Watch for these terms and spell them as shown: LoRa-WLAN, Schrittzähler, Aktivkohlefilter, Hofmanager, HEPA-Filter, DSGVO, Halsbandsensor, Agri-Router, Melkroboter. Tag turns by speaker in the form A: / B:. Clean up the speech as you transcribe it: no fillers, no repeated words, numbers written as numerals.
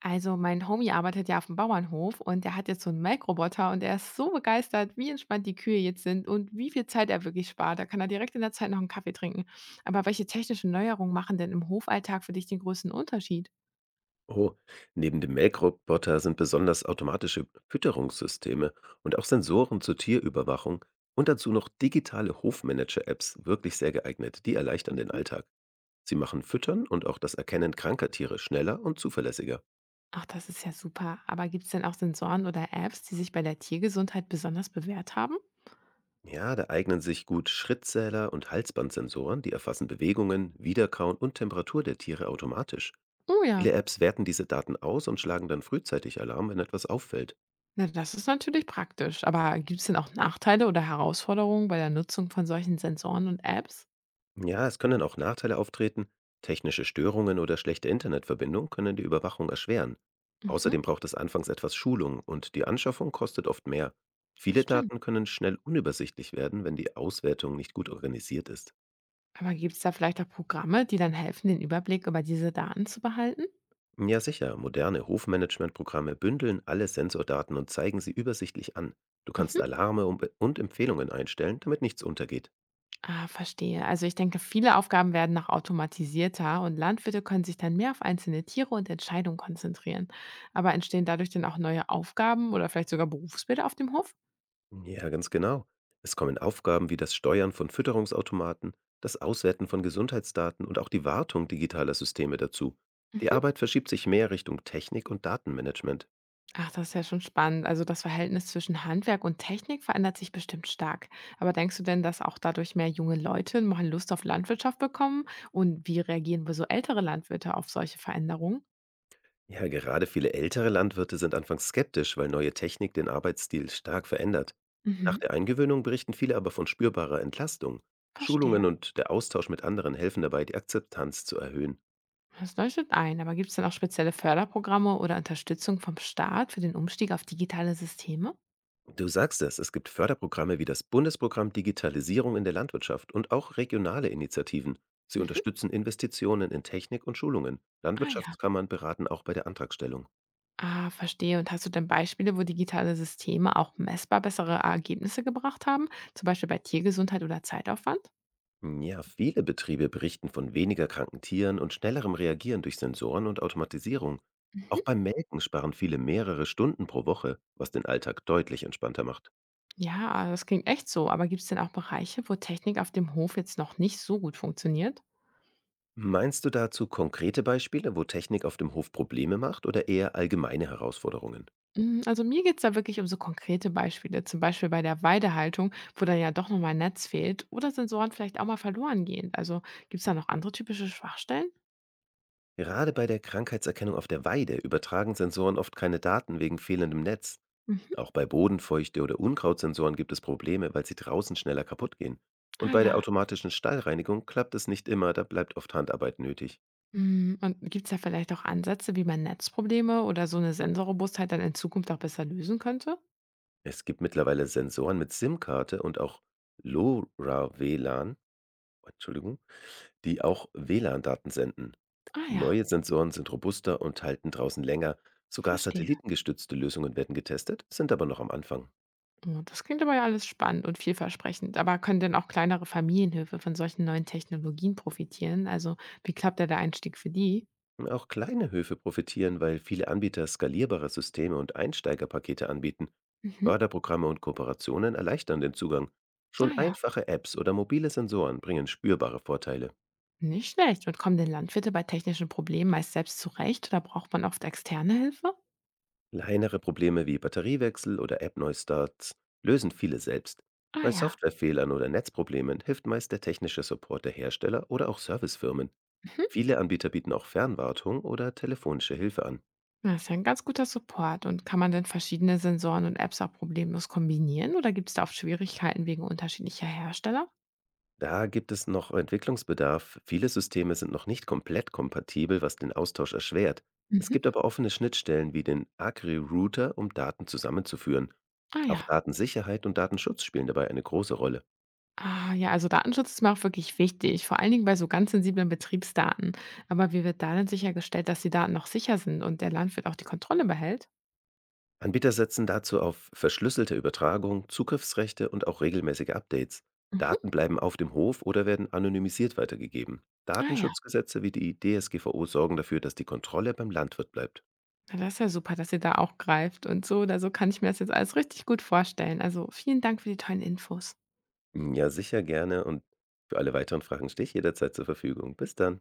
A: Also mein Homie arbeitet ja auf dem Bauernhof und der hat jetzt so einen Melkroboter und er ist so begeistert, wie entspannt die Kühe jetzt sind und wie viel Zeit er wirklich spart. Da kann er direkt in der Zeit noch einen Kaffee trinken. Aber welche technischen Neuerungen machen denn im Hofalltag für dich den größten Unterschied?
B: Oh, neben dem Melkroboter sind besonders automatische Fütterungssysteme und auch Sensoren zur Tierüberwachung und dazu noch digitale Hofmanager-Apps wirklich sehr geeignet. Die erleichtern den
A: Mhm.
B: Alltag. Sie machen Füttern und auch das Erkennen kranker Tiere schneller und zuverlässiger.
A: Ach, das ist ja super. Aber gibt es denn auch Sensoren oder Apps, die sich bei der Tiergesundheit besonders bewährt haben?
B: Ja, da eignen sich gut Schrittzähler und Halsbandsensoren, die erfassen Bewegungen, Wiederkauen und Temperatur der Tiere automatisch.
A: Oh
B: Viele
A: ja.
B: Apps werten diese Daten aus und schlagen dann frühzeitig Alarm, wenn etwas auffällt.
A: Na, das ist natürlich praktisch. Aber gibt es denn auch Nachteile oder Herausforderungen bei der Nutzung von solchen Sensoren und Apps?
B: Ja, es können auch Nachteile auftreten. Technische Störungen oder schlechte Internetverbindung können die Überwachung erschweren.
A: Mhm,
B: Außerdem braucht es anfangs etwas Schulung und die Anschaffung kostet oft mehr. Viele
A: stimmt.
B: Daten können schnell unübersichtlich werden, wenn die Auswertung nicht gut organisiert ist.
A: Aber gibt es da vielleicht auch Programme, die dann helfen, den Überblick über diese Daten zu behalten?
B: Ja sicher, moderne Hofmanagementprogramme bündeln alle Sensordaten und zeigen sie übersichtlich an. Du kannst
A: Mhm.
B: Alarme um- und Empfehlungen einstellen, damit nichts untergeht.
A: Ah, verstehe. Also ich denke, viele Aufgaben werden noch automatisierter und Landwirte können sich dann mehr auf einzelne Tiere und Entscheidungen konzentrieren. Aber entstehen dadurch denn auch neue Aufgaben oder vielleicht sogar Berufsbilder auf dem Hof?
B: Mhm. Ja, ganz genau. Es kommen Aufgaben wie das Steuern von Fütterungsautomaten, das Auswerten von Gesundheitsdaten und auch die Wartung digitaler Systeme dazu. Die
A: Mhm.
B: Arbeit verschiebt sich mehr Richtung Technik und Datenmanagement.
A: Ach, das ist ja schon spannend. Also das Verhältnis zwischen Handwerk und Technik verändert sich bestimmt stark. Aber denkst du denn, dass auch dadurch mehr junge Leute mal Lust auf Landwirtschaft bekommen? Und wie reagieren wohl so ältere Landwirte auf solche Veränderungen?
B: Ja, gerade viele ältere Landwirte sind anfangs skeptisch, weil neue Technik den Arbeitsstil stark verändert. Nach
A: Mhm.
B: der Eingewöhnung berichten viele aber von spürbarer Entlastung. Schulungen
A: Verstehe.
B: und der Austausch mit anderen helfen dabei, die Akzeptanz zu erhöhen.
A: Das leuchtet ein, aber gibt es dann auch spezielle Förderprogramme oder Unterstützung vom Staat für den Umstieg auf digitale Systeme?
B: Du sagst es, es gibt Förderprogramme wie das Bundesprogramm Digitalisierung in der Landwirtschaft und auch regionale Initiativen. Sie
A: Mhm.
B: unterstützen Investitionen in Technik und Schulungen.
A: Ah ja.
B: Landwirtschaftskammern beraten auch bei der Antragstellung.
A: Ah, verstehe. Und hast du denn Beispiele, wo digitale Systeme auch messbar bessere Ergebnisse gebracht haben? Zum Beispiel bei Tiergesundheit oder Zeitaufwand?
B: Ja, viele Betriebe berichten von weniger kranken Tieren und schnellerem Reagieren durch Sensoren und Automatisierung. Auch
A: Mhm.
B: beim Melken sparen viele mehrere Stunden pro Woche, was den Alltag deutlich entspannter macht.
A: Ja, das klingt echt so. Aber gibt es denn auch Bereiche, wo Technik auf dem Hof jetzt noch nicht so gut funktioniert?
B: Meinst du dazu konkrete Beispiele, wo Technik auf dem Hof Probleme macht, oder eher allgemeine Herausforderungen?
A: Hm, also mir geht's da wirklich um so konkrete Beispiele, zum Beispiel bei der Weidehaltung, wo dann ja doch noch mal Netz fehlt oder Sensoren vielleicht auch mal verloren gehen. Also, gibt's da noch andere typische Schwachstellen?
B: Gerade bei der Krankheitserkennung auf der Weide übertragen Sensoren oft keine Daten wegen fehlendem Netz.
A: Mhm.
B: Auch bei Bodenfeuchte oder Unkrautsensoren gibt es Probleme, weil sie draußen schneller kaputt gehen. Und
A: Ah
B: bei der
A: ja.
B: automatischen Stallreinigung klappt es nicht immer, da bleibt oft Handarbeit nötig.
A: Mhm, und gibt's da vielleicht auch Ansätze, wie man Netzprobleme oder so eine Sensorrobustheit dann in Zukunft auch besser lösen könnte?
B: Es gibt mittlerweile Sensoren mit SIM-Karte und auch LoRa-WLAN, Entschuldigung, die auch WLAN-Daten senden.
A: Ah ja,
B: Neue Sensoren sind robuster und halten draußen länger. Sogar
A: verstehe.
B: satellitengestützte Lösungen werden getestet, sind aber noch am Anfang.
A: Oh, das klingt aber ja alles spannend und vielversprechend. Aber können denn auch kleinere Familienhöfe von solchen neuen Technologien profitieren? Also, wie klappt da der Einstieg für die?
B: Auch kleine Höfe profitieren, weil viele Anbieter skalierbare Systeme und Einsteigerpakete anbieten.
A: Mhm.
B: Förderprogramme und Kooperationen erleichtern den Zugang. Schon
A: Ah ja.
B: einfache Apps oder mobile Sensoren bringen spürbare Vorteile.
A: Nicht schlecht. Und kommen denn Landwirte bei technischen Problemen meist selbst zurecht oder braucht man oft externe Hilfe?
B: Kleinere Probleme wie Batteriewechsel oder App-Neustarts lösen viele selbst.
A: Ah
B: Bei
A: ja.
B: Softwarefehlern oder Netzproblemen hilft meist der technische Support der Hersteller oder auch Servicefirmen.
A: Mhm.
B: Viele Anbieter bieten auch Fernwartung oder telefonische Hilfe an.
A: Das ist ja ein ganz guter Support. Und kann man denn verschiedene Sensoren und Apps auch problemlos kombinieren oder gibt es da oft Schwierigkeiten wegen unterschiedlicher Hersteller?
B: Da gibt es noch Entwicklungsbedarf. Viele Systeme sind noch nicht komplett kompatibel, was den Austausch erschwert. Es
A: Mhm.
B: gibt aber offene Schnittstellen wie den Agri-Router, um Daten zusammenzuführen.
A: Ah
B: Auch
A: ja.
B: Datensicherheit und Datenschutz spielen dabei eine große Rolle.
A: Ah ja, also Datenschutz ist mir auch wirklich wichtig, vor allen Dingen bei so ganz sensiblen Betriebsdaten. Aber wie wird da denn sichergestellt, dass die Daten noch sicher sind und der Landwirt auch die Kontrolle behält?
B: Anbieter setzen dazu auf verschlüsselte Übertragung, Zugriffsrechte und auch regelmäßige Updates.
A: Mhm.
B: Daten bleiben auf dem Hof oder werden anonymisiert weitergegeben.
A: Ah ja.
B: Datenschutzgesetze wie die DSGVO sorgen dafür, dass die Kontrolle beim Landwirt bleibt.
A: Na, das ist ja super, dass ihr da auch greift und so oder so kann ich mir das jetzt alles richtig gut vorstellen. Also, vielen Dank für die tollen Infos.
B: Ja, sicher gerne, und für alle weiteren Fragen stehe ich jederzeit zur Verfügung. Bis dann.